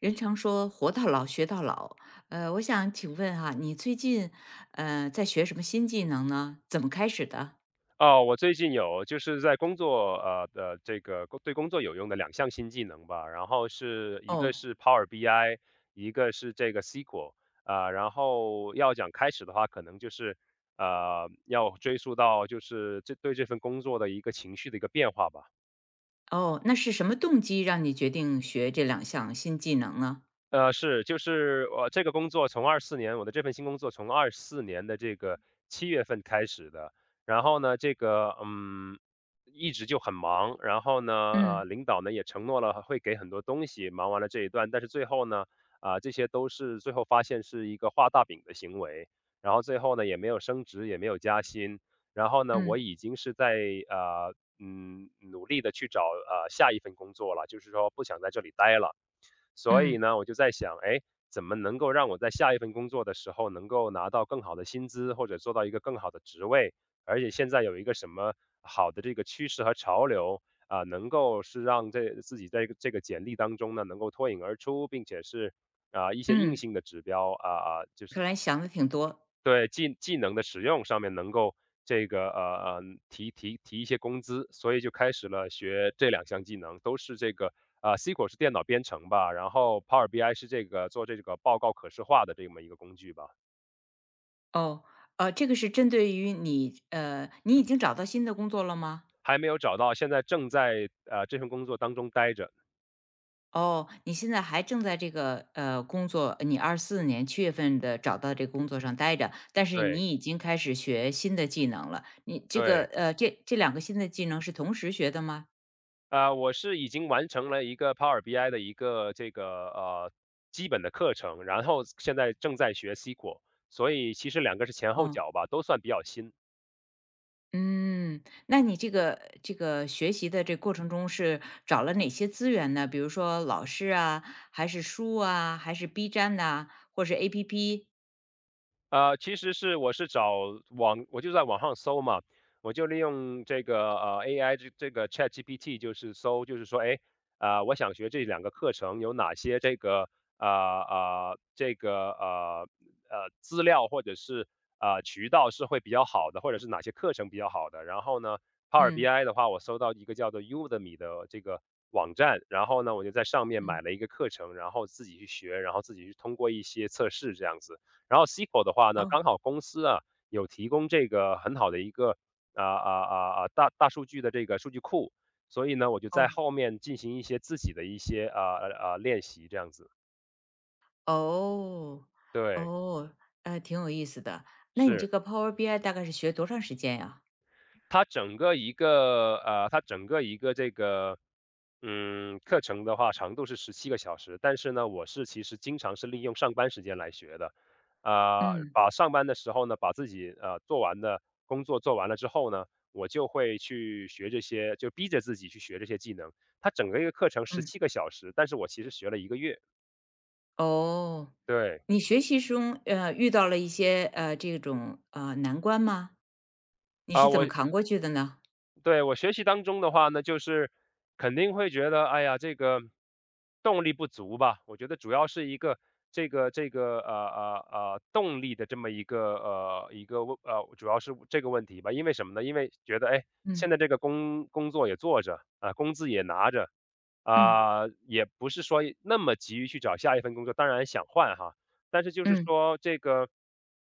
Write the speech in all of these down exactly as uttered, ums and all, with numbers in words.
人常说"活到老，学到老"。呃，我想请问哈、你最近呃在学什么新技能呢？怎么开始的？哦，我最近有就是在工作，呃的这个工对工作有用的两项新技能吧，然后是一个哦是 Power B I，一个是这个 S Q L，啊、然后要讲开始的话，可能就是呃要追溯到就是这对这份工作的一个情绪的一个变化吧。哦，那是什么动机让你决定学这两项新技能呢？呃，是，就是我这个工作从二四年我的这份新工作从二四年的这个七月份开始的。然后呢，这个，嗯，一直就很忙，然后呢，呃，嗯领导呢也承诺了会给很多东西，忙完了这一段，但是最后呢，啊，这些都是最后发现是一个画大饼的行为。然后最后呢，也没有升职，也没有加薪。然后呢，我嗯已经是在，呃，嗯，努力的去找，呃，下一份工作了，就是说不想在这里待了。所以嗯呢，我就在想，哎，怎么能够让我在下一份工作的时候能够拿到更好的薪资，或者做到一个更好的职位？而且现在有一个什么好的这个趋势和潮流，啊，能够是让这自己在这个简历当中呢能够脱颖而出，并且是啊一些硬嗯，性的指标啊啊，就是看来想的挺多。对，技技能的使用上面能够这个呃呃提提提一些工资，所以就开始了学这两项技能，都是这个呃 S Q L 是电脑编程吧，然后 Power B I 是这个做这个报告可视化的这么一个工具吧。哦，呃，这个是针对于你呃，你已经找到新的工作了吗？还没有找到，现在正在呃这份工作当中待着。哦，你现在还正在这个呃工作，你二四年七月份的找到这工作上待着，但是对你已经开始学新的技能了。你这个对，呃，这这两个新的技能是同时学的吗？呃，我是已经完成了一个 Power B I 的一个这个呃基本的课程，然后现在正在学 S Q L，所以其实两个是前后哦，脚吧，都算比较新。嗯，那你这个这个学习的这过程中是找了哪些资源呢？比如说老师啊，还是书啊，还是 B 站呐、或是 A P P？呃，其实是我是找网我就在网上搜嘛，我就利用这个，呃，A I 这这个 ChatGPT 就是搜，就是说，哎，呃，我想学这两个课程有哪些这个，呃，呃，这个，呃，呃，资料或者是，呃，渠道是会比较好的，或者是哪些课程比较好的。然后呢，Power 嗯 B I 的话，我搜到一个叫做 Udemy 的这个网站，然后呢，我就在上面买嗯，了一个课程，然后自己去学，然后自己去通过一些测试这样子。然后 S Q L 的话呢，哦刚好公司啊有提供这个很好的一个啊啊啊啊大大数据的这个数据库，所以呢，我就在哦。后面进行一些自己的一些啊啊啊练习，这样子。哦，对，哦，呃，挺有意思的。那你这是。个 Power B I 大概是学多长时间呀？它整个一个呃，它整个一个这个，嗯，课程的话长度是十七个小时，但是呢，我是其实经常是利用上班时间来学的。啊，嗯把上班的时候呢，把自己，呃，做完的工作做完了之后呢，我就会去学这些，就逼着自己去学这些技能。它整个一个课程十嗯，七个小时，但是我其实学了一个月，哦，对。你学习中呃遇到了一些呃这种呃难关吗？你啊，是怎我么扛过去的呢？对，我学习当中的话呢，就是肯定会觉得，哎呀，这个动力不足吧。我觉得主要是一个这个这个呃呃呃动力的这么一个呃一个问呃，主要是这个问题吧。因为什么呢？因为觉得哎，现嗯在这个工工作也做着，啊、工资也拿着，嗯啊、也不是说那么急于去找下一份工作。当然想换哈，但是就是嗯说这个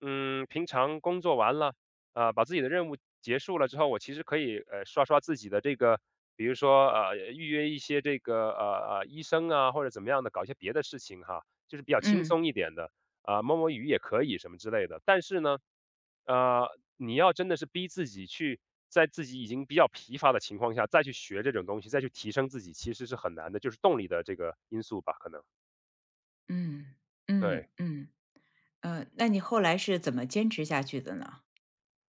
嗯，平常工作完了。呃，把自己的任务结束了之后，我其实可以，呃，刷刷自己的这个，比如说，呃，预约一些这个，呃，呃，医生啊，或者怎么样的，搞一些别的事情哈，就是比较轻嗯松一点的，啊，摸摸鱼也可以什么之类的。但是呢，呃，你要真的是逼自己去在自己已经比较疲乏的情况下再去学这种东西，再去提升自己，其实是很难的，就是动力的这个因素吧，可能，嗯嗯对。嗯，呃，那你后来是怎么坚持下去的呢？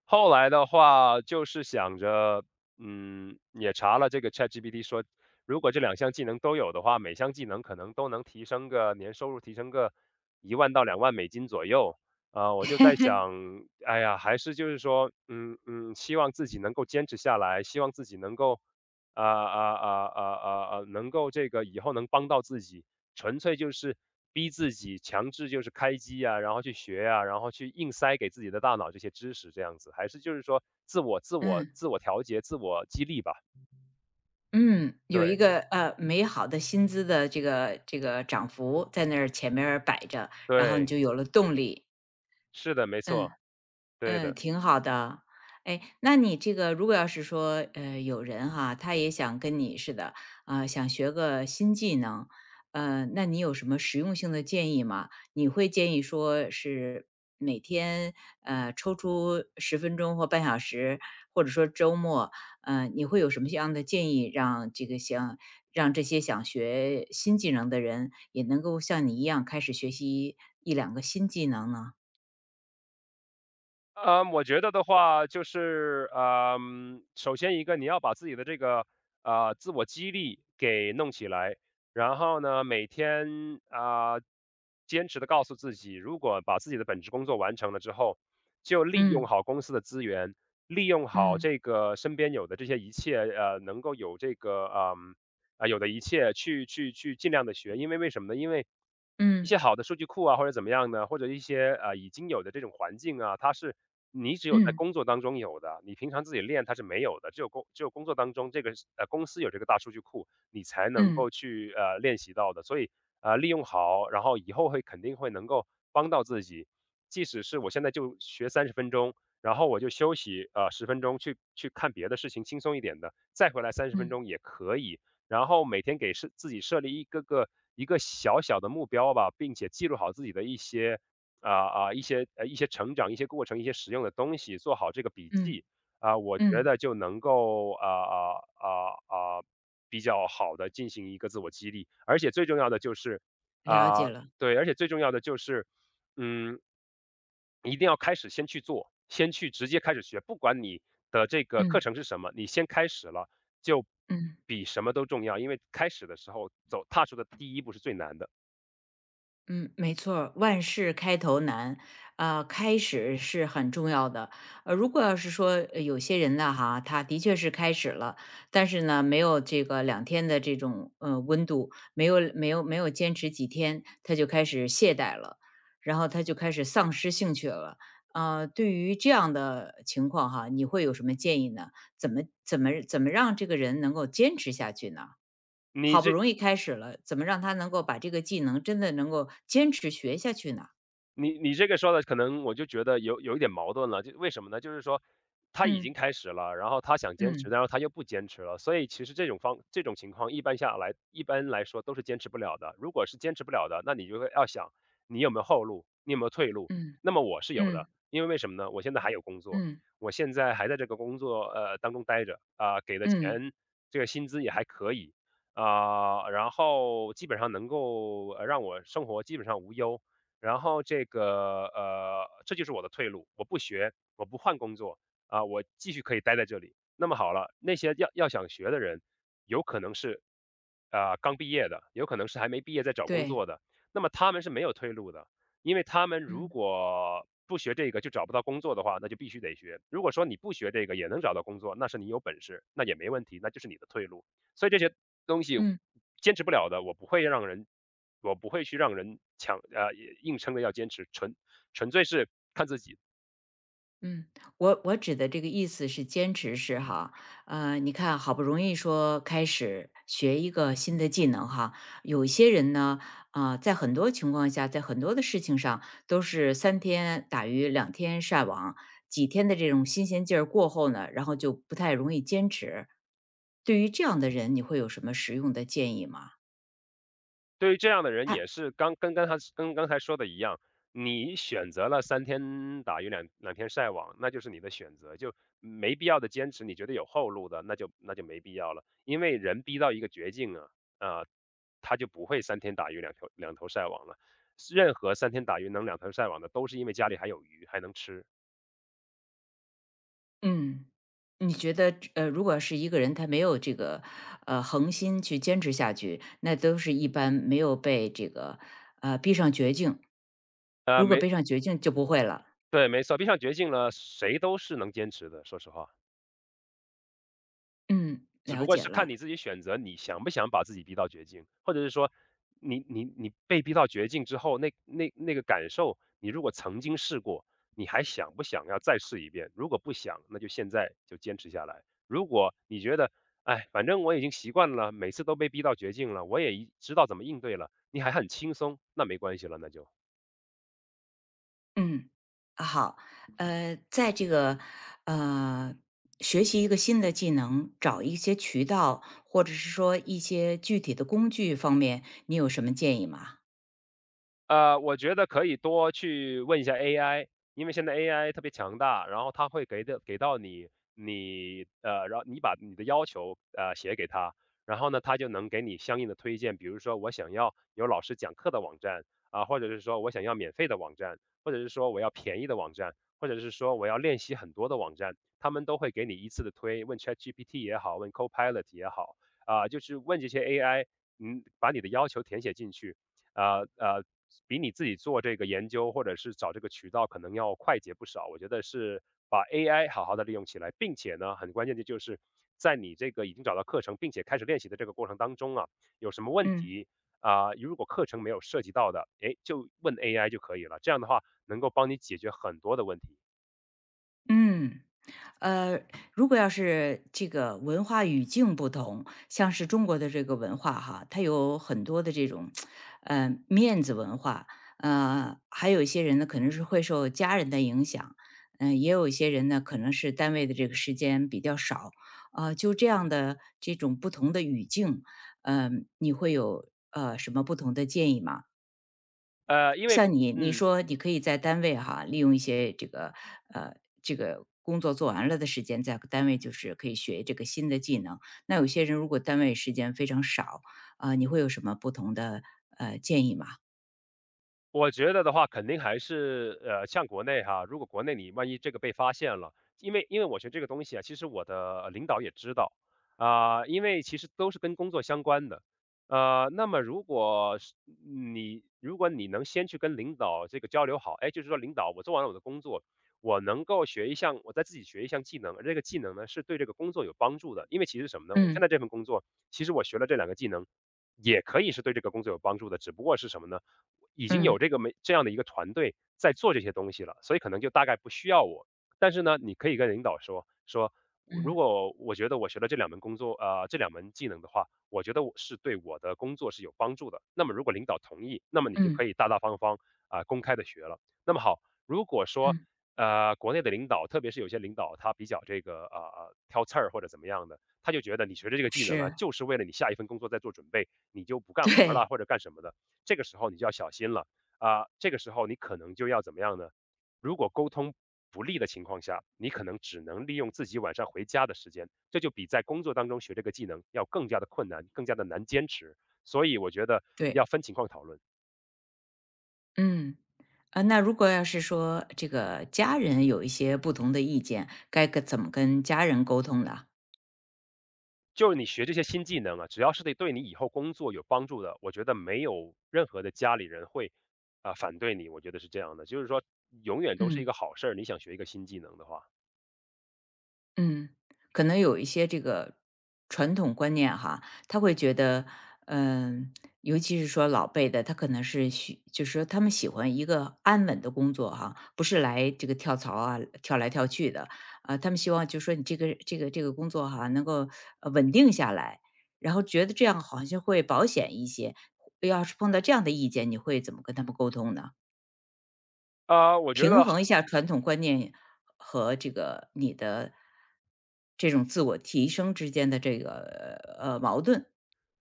后来的话就是想着，嗯，也查了这个 ChatGPT 说，如果这两项技能都有的话，每项技能可能都能提升个年收入提升个一万到两万美金左右。啊，我就在想，哎呀，还是就是说，嗯嗯，希望自己能够坚持下来，希望自己能够，啊啊啊啊啊啊，能够这个以后能帮到自己。纯粹就是逼自己强制就是开机呀，然后去学呀，然后去硬塞给自己的大脑这些知识这样子，还是就是说自我自我嗯自我调节、自我激励吧。嗯，有一对，个呃美好的薪资的这个这个涨幅在那儿前面儿摆着，然后你对，就有了动力。是的，没错，嗯对嗯，的。挺好的。哎，那你这个如果要是说，呃，有人哈，他也想跟你似的，啊、想学个新技能，呃，那你有什么实用性的建议吗？你会建议说是每天呃抽出十分钟或半小时，或者说周末，呃，你会有什么样的建议，让这个想让这些想学新技能的人也能够像你一样开始学习一两个新技能呢？嗯，我觉得的话就是，嗯，首先一个你要把自己的这个呃自我激励给弄起来，然后呢，每天啊、坚持的告诉自己，如果把自己的本职工作完成了之后，就利用嗯好公司的资源，利用好嗯。这个身边有的这些一切，呃，能够有这个嗯。呃啊，有的一切去去去尽量的学。因为为什么呢？因为一嗯，些好的数据库啊，或者怎么样呢，或者一些，呃，已经有的这种环境啊，它是你只有在嗯，工作当中有的，你平常自己练它是没有的。只有工只有工作当中这个是呃，公司有这个大数据库，你才能够嗯，去，呃，练习到的。所以，呃，利用好，然后以后会肯定会能够帮到自己。即使是我现在就学三十分钟，然后我就休息，呃十分钟去去看别的事情，轻松一点的，再回来三十分嗯，钟也可以。然后每天给设自己设立一个个一个小小的目标吧，并且记录好自己的一些啊啊、一些呃一些成长、一些过程、一些实用的东西，做好这个笔嗯，记，啊、我觉嗯，得就能够啊啊啊啊比较好的进行一个自我激励，而且最重要的就是了啊、解了，对，而且最重要的就是嗯一定要开始先去做，先去直接开始学，不管你的这个课嗯，程是什么，你先开始了就嗯。比什么都重要，因为开始的时候走踏出的第一步是最难的。嗯，没错儿万事开头难，呃，开始是很重要的。呃，如果要是说呃有些人呢，哈，他的确是开始了，但是呢，没有这个两天的这种呃温度，没有没有没有坚持几天，他就开始懈怠了，然后他就开始丧失兴趣了。呃，对于这样的情况哈，你会有什么建议呢？怎么怎么怎么让这个人能够坚持下去呢？你好不这容易开始了，怎么让他能够把这个技能真的能够坚持学下去呢？你你这个说的可能我就觉得有有一点矛盾了，就为什么呢？就是说他已嗯经开始了，然后他想坚持，嗯然后他又不坚持了，所以其实这种方这种情况一般下来，一般来说都是坚持不了的。如果是坚持不了的，那你就会要想你有没有后路，你有没有退路？嗯那么我是有嗯的，因为为什么呢？我现在还有工作，嗯我现在还在这个工作呃当中待着，啊、给的嗯，钱这个薪资也还可以，啊、然后基本上能够呃让我生活基本上无忧，然后这个呃，这就是我的退路，我不学，我不换工作，啊，我继续可以待在这里。那么好了，那些要要想学的人，有可能是啊、刚毕业的，有可能是还没毕业在找工对，作的，那么他们是没有退路的，因为他们如嗯果不学这个就找不到工作的话，那就必须得学。如果说你不学这个也能找到工作，那是你有本事，那也没问题，那就是你的退路。所以这些东西嗯。坚持不了的，我不会让人我不会去让人强呃，硬撑着要坚持，纯纯粹是看自己。嗯，我我指的这个意思是坚持是哈，呃，你看好不容易说开始学一个新的技能哈，有一些人呢，啊、在很多情况下，在很多的事情上都是三天打鱼两天晒网，几天的这种新鲜劲儿过后呢，然后就不太容易坚持。对于这样的人，你会有什么实用的建议吗？对于这样的人也他是刚跟刚才跟刚才说的一样，你选择了三天打鱼两两天晒网，那就是你的选择，就没必要的坚持，你觉得有后路的，那就那就没必要了。因为人逼到一个绝境啊，啊，他就不会三天打鱼两头两头晒网了。任何三天打鱼能两头晒网的，都是因为家里还有鱼，还能吃。嗯。你觉得，呃，如果是一个人他没有这个，呃，恒心去坚持下去，那都是一般没有被这个，呃，逼上绝境。呃，如果没逼上绝境就不会了。对，没错，逼上绝境了，谁都是能坚持的，说实话。嗯，只不了过解是看了。你自己选择，你想不想把自己逼到绝境，或者是说你你你被逼到绝境之后，那那那个感受，你如果曾经试过，你还想不想要再试一遍？如果不想，那就现在就坚持下来。如果你觉得，哎，反正我已经习惯了，每次都被逼到绝境了，我也一知道怎么应对了，你还很轻松，那没关系了，那就。嗯，好。呃，在这个，呃，学习一个新的技能，找一些渠道，或者是说一些具体的工具方面，你有什么建议吗？呃，我觉得可以多去问一下 A I，因为现在 A I 特别强大，然后它会给的给到你，你呃，然后你把你的要求呃写给他，然后呢，他就能给你相应的推荐，比如说我想要有老师讲课的网站啊，或者是说我想要免费的网站，或者是说我要便宜的网站，或者是说我要练习很多的网站，他们都会给你依次的推，问 ChatGPT 也好，问 Copilot 也好，啊，就是问这些 A I，嗯，把你的要求填写进去。呃呃，比你自己做这个研究或者是找这个渠道可能要快捷不少。我觉得是把 A I 好好的利用起来，并且呢，很关键的就是在你这个已经找到课程并且开始练习的这个过程当中啊，有什么问嗯题啊、如果课程没有涉及到的，诶，就问 A I 就可以了。这样的话能够帮你解决很多的问题。嗯。呃，如果要是这个文化语境不同，像是中国的这个文化哈，它有很多的这种，呃，面子文化，呃，还有一些人呢可能是会受家人的影响，嗯、也有一些人呢可能是单位的这个时间比较少，啊、就这样的这种不同的语境，嗯、你会有呃什么不同的建议吗？呃，因为像你，你嗯，说你可以在单位哈，利用一些这个呃这个工作做完了的时间，在单位就是可以学这个新的技能。那有些人如果单位时间非常少，啊、你会有什么不同的呃建议吗？我觉得的话，肯定还是呃，像国内哈，如果国内你万一这个被发现了，因为因为我学这个东西啊，其实我的领导也知道啊、因为其实都是跟工作相关的。呃，那么如果是你如果你能先去跟领导这个交流好，哎，就是说领导，我做完了我的工作，我能够学一项，我再自己学一项技能，而这个技能呢是对这个工作有帮助的，因为其实什么呢？我现嗯在这份工作其实我学了这两个技能，也可以是对这个工作有帮助的，只不过是什么呢？已经有嗯这个没这样的一个团队在做这些东西了，所以可能就大概不需要我。但是呢，你可以跟领导说说，如嗯果我觉得我学了这两门工作，呃，这两门技能的话，我觉得我是对我的工作是有帮助的。那么如果领导同意，那么你就可嗯以大大方方啊、呃公开的学了。那么好，如果说嗯，呃国内的领导，特别是有些领导他比较这个啊呃、挑刺儿或者怎么样的，他就觉得你学的这个技能啊，是，就是为了你下一份工作在做准备，你就不干活儿了对或者干什么的，这个时候你就要小心了啊、这个时候你可能就要怎么样呢？如果沟通不利的情况下，你可能只能利用自己晚上回家的时间，这就比在工作当中学这个技能要更加的困难，更加的难坚持。所以我觉得要对，分情况讨论。嗯。啊，那如果要是说这个家人有一些不同的意见，该跟怎么跟家人沟通呢？就是你学这些新技能啊，只要是对对你以后工作有帮助的，我觉得没有任何的家里人会啊、呃反对你，我觉得是这样的，就是说永远都是一嗯。个好事儿。你想学一个新技能的话，嗯，可能有一些这个传统观念哈，他会觉得，嗯、尤其是说老辈的，他可能是喜，就是说他们喜欢一个安稳的工作哈，不是来这个跳槽啊，跳来跳去的，啊、他们希望就是说你这个这个这个工作哈，能够呃稳定下来，然后觉得这样好像会保险一些。要是碰到这样的意见，你会怎么跟他们沟通呢？啊、我觉平得衡一下传统观念和这个你的这种自我提升之间的这个呃矛盾。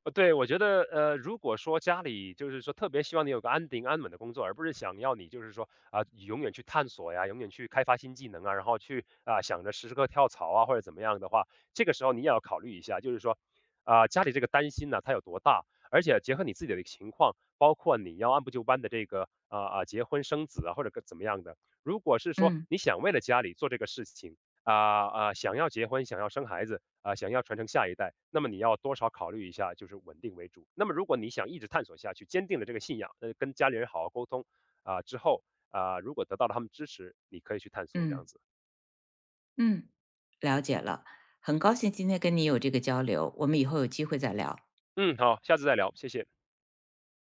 呃，对，我觉得，呃，如果说家里就是说特别希望你有个安定安稳的工作，而不是想要你就是说啊、永远去探索呀，永远去开发新技能啊，然后去啊、想着时时刻跳槽啊或者怎么样的话，这个时候你也要考虑一下，就是说啊、家里这个担心呢、它有多大，而且结合你自己的情况，包括你要按部就班的这个啊啊、结婚生子啊或者个怎么样的，如果是说嗯你想为了家里做这个事情啊啊、想要结婚想要生孩子，啊、想要传承下一代，那么你要多少考虑一下，就是稳定为主。那么如果你想一直探索下去，坚定了这个信仰，呃，跟家里人好好沟通啊、之后啊、如果得到了他们支持，你可以去探索这样嗯子。嗯，了解了，很高兴今天跟你有这个交流，我们以后有机会再聊。嗯，好，下次再聊，谢谢。